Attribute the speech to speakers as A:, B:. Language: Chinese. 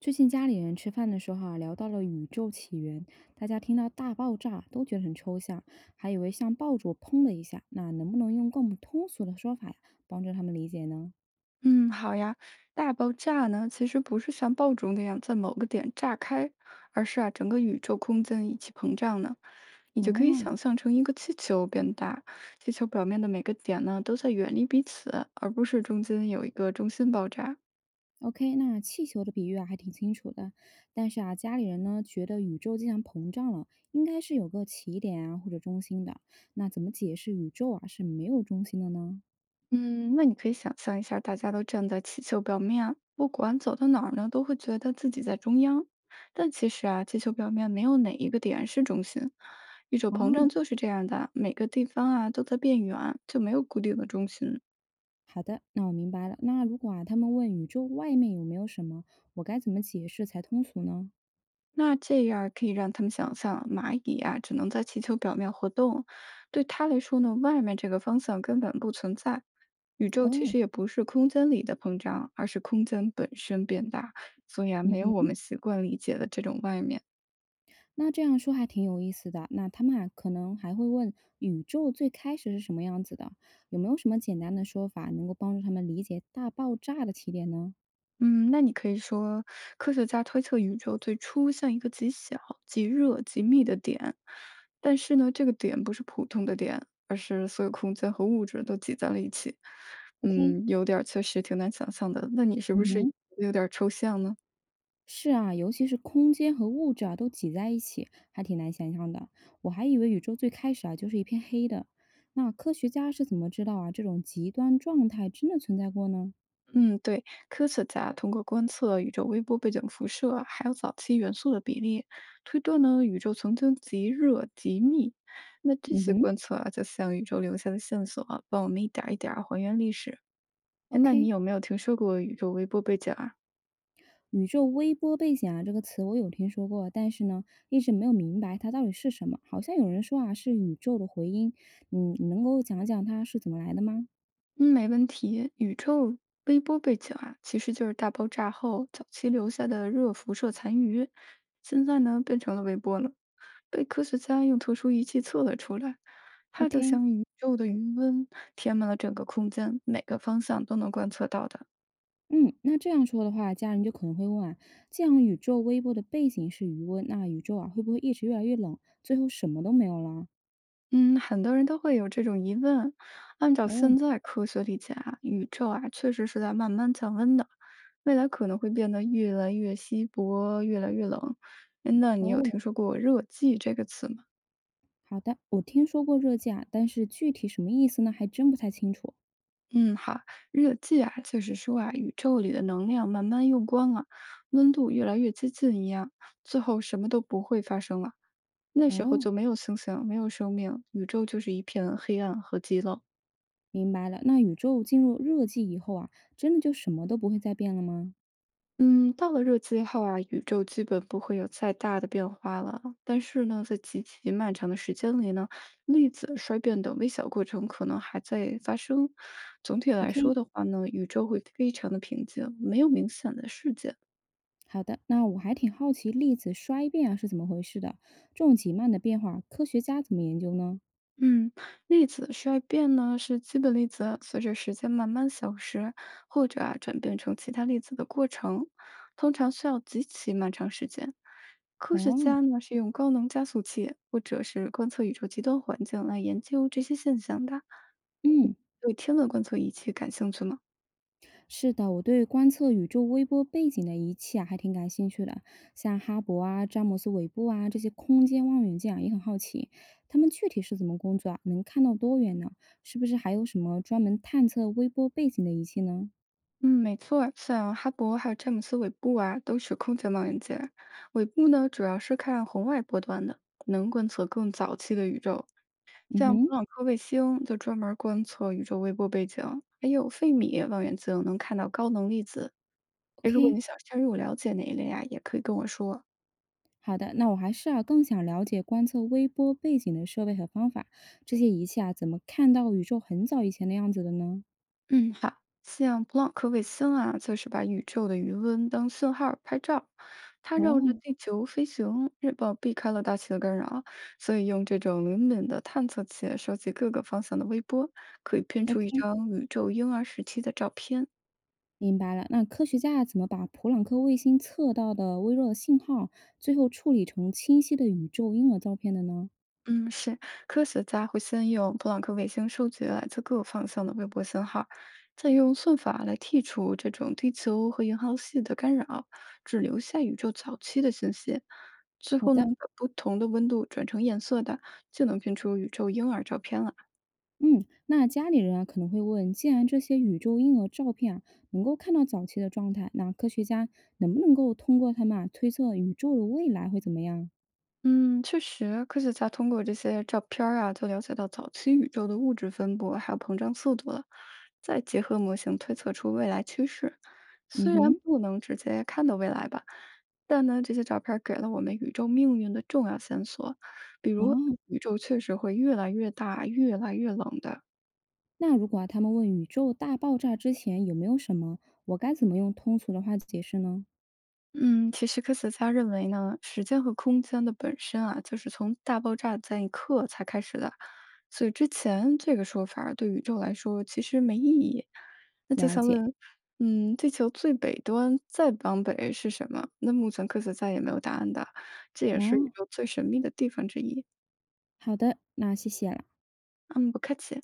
A: 最近家里人吃饭的时候啊，聊到了宇宙起源，大家听到大爆炸都觉得很抽象，还以为像爆竹砰的一下。那能不能用更通俗的说法呀，帮助他们理解呢？
B: 嗯，好呀。大爆炸呢，其实不是像爆竹那样在某个点炸开，而是啊，整个宇宙空间一起膨胀呢。你就可以
A: 哦
B: 想象成一个气球变大，气球表面的每个点呢，都在远离彼此，而不是中间有一个中心爆炸。
A: ，OK，那气球的比喻啊还挺清楚的，但是啊，家里人呢觉得宇宙既然膨胀了，应该是有个起点啊或者中心的。那怎么解释宇宙啊是没有中心的呢？
B: 嗯，那你可以想象一下，大家都站在气球表面，不管走到哪儿呢，都会觉得自己在中央。但其实啊，气球表面没有哪一个点是中心，宇宙膨
A: 哦，
B: 胀就是这样的，每个地方啊都在变圆，就没有固定的中心。
A: 好的，那我明白了。那如果啊他们问宇宙外面有没有什么，我该怎么解释才通俗呢？
B: 那这样儿可以让他们想象，蚂蚁啊只能在气球表面活动，对它来说呢，外面这个方向根本不存在。宇宙其
A: 哦，
B: 实也不是空间里的膨胀，而是空间本身变大，所以啊，
A: 嗯
B: 没有我
A: 哼，
B: 们习惯理解的这种外面。
A: 那这样说还挺有意思的。那他们啊，可能还会问宇宙最开始是什么样子的，有没有什么简单的说法能够帮助他们理解大爆炸的起点呢
B: 嗯，那你可以说，科学家推测宇宙最初像一个极小、极热、极密的点，但是呢，这个点不是普通的点，而是所有空间和物质都挤在了一起。
A: ？OK，
B: 嗯，有点儿确实挺难想象的。那你是
A: 嗯
B: 不是
A: 哼，
B: 有点儿抽象呢？
A: 是啊，尤其是空间和物质啊都挤在一起，还挺难想象的。我还以为宇宙最开始啊就是一片黑的。那科学家是怎么知道啊这种极端状态真的存在过呢？
B: 嗯，对，科学家通过观测宇宙微波背景辐射，还有早期元素的比例，推断呢宇宙曾经极热极密。那这
A: 嗯
B: 些
A: 哼
B: 观测啊，就像宇宙留下的线索啊，帮我们一点儿一点儿还原历史。诶那你
A: ，OK，
B: 有没有听说过宇宙微波背景啊？
A: 宇宙微波背景啊，这个词我有听说过，但是呢，一直没有明白它到底是什么。好像有人说啊，是宇宙的回音，嗯，你能够讲讲它是怎么来的吗
B: 嗯，没问题。宇宙微波背景啊，其实就是大爆炸后早期留下的热辐射残余，现在呢变成了微波了，被科学家用特殊仪器测了出来。它就
A: ？OK，
B: 像宇宙的余温，填满了整个空间，每个方向都能观测到的。
A: 嗯，那这样说的话，家人就可能会问啊，既然宇宙微波的背景是余温，那宇宙啊会不会一直越来越冷，最后什么都没有了？
B: 嗯，很多人都会有这种疑问。按照
A: 哦
B: 现在科学理解啊，宇宙啊确实是在慢慢降温的，未来可能会变得越来越稀薄，越来越冷。诶那你有听
A: 哦，
B: 说过“热寂”这个词吗？
A: 好的，我听说过热价，但是具体什么意思呢，还真不太清楚。
B: 嗯，好，热寂啊，就是说啊，宇宙里的能量慢慢用光了，温度越来越接近一样，最后什么都不会发生了。那时候
A: 哦，
B: 就没有星星，没有生命，宇宙就是一片黑暗和寂冷。
A: 明白了，那宇宙进入热寂以后啊，真的就什么都不会再变了吗？
B: 嗯，到了热寂后啊，宇宙基本不会有再大的变化了。但是呢，在极其漫长的时间里呢，粒子衰变等微小过程可能还在发生。总体来
A: OK，
B: 说的话呢，宇宙会非常的平静，没有明显的事件。
A: 好的。那我还挺好奇粒子衰变啊是怎么回事的？这种极慢的变化，科学家怎么研究呢？
B: 嗯，粒子衰变呢是基本粒子随着时间慢慢消失，或者啊转变成其他粒子的过程，通常需要极其漫长时间。科学
A: 哦，
B: 家呢是用高能加速器或者是观测宇宙极端环境来研究这些现象的。
A: 嗯，
B: 对天文观测仪器感兴趣吗？
A: 是的，我对观测宇宙微波背景的仪器啊还挺感兴趣的，像哈勃啊、詹姆斯韦布啊这些空间望远镜啊也很好奇，他们具体是怎么工作啊？能看到多远呢？是不是还有什么专门探测微波背景的仪器呢？
B: 嗯，没错儿像哈勃还有詹姆斯韦布啊，都是空间望远镜儿。韦布呢主要是看红外波段的，能观测更早期的宇宙。
A: 嗯
B: 像
A: 哼
B: 普朗克卫星就专门观测宇宙微波背景，还有费米望远镜能看到高能粒子。哎，如果
A: ，OK。
B: 你想深入了解哪一类啊，也可以跟我说。
A: 好的，那我还是啊更想了解观测微波背景的设备和方法，这些仪器啊怎么看到宇宙很早以前的样子的呢？
B: 嗯，好，像普朗克卫星啊，就是把宇宙的余温当信号儿拍照，它绕着
A: 哦
B: 地球飞行，日报避开了大气的干扰，所以用这种灵敏的探测器收集各个方向的微波，可以拼出一
A: ，OK，
B: 张宇宙婴儿时期的照片。
A: 明白了。那科学家啊怎么把普朗克卫星测到的微弱的信号，最后处理成清晰的宇宙婴儿照片的呢？
B: 嗯，是科学家会先用普朗克卫星收集来自各方向的微波信号，再用算法来剔除这种地球和银河系的干扰，只留下宇宙早期的信息。最
A: 好
B: 后呢，
A: 的，
B: 把不同的温度转成颜色的，就能拼出宇宙婴儿照片了。
A: 嗯，那家里人啊可能会问，既然这些宇宙婴儿照片啊能够看到早期的状态，那科学家能不能够通过他们啊推测宇宙的未来会怎么样？
B: 嗯，确实，科学家通过这些照片儿啊，就了解到早期宇宙的物质分布还有膨胀速度了，再结合模型推测出未来趋势。
A: 嗯
B: 虽然
A: 哼，
B: 不能直接看到未来吧，但呢，这些照片儿给了我们宇宙命运的重要线索，比如
A: 哦。
B: 宇宙确实会越来越大、越来越冷的。
A: 那如果啊他们问宇宙大爆炸之前有没有什么，我该怎么用通俗的话解释呢？
B: 嗯，其实科学家认为呢，时间和空间的本身啊，就是从大爆炸在一刻才开始的。所以之前这个说法儿对宇宙来说其实没意义。那就
A: 了
B: 像
A: 解，
B: 问，嗯，地球最北端再往北是什么？那目前科学家也没有答案的，这也是宇
A: 哦，
B: 宙最神秘的地方之一。
A: 好的，那谢谢了。
B: 嗯，不客气。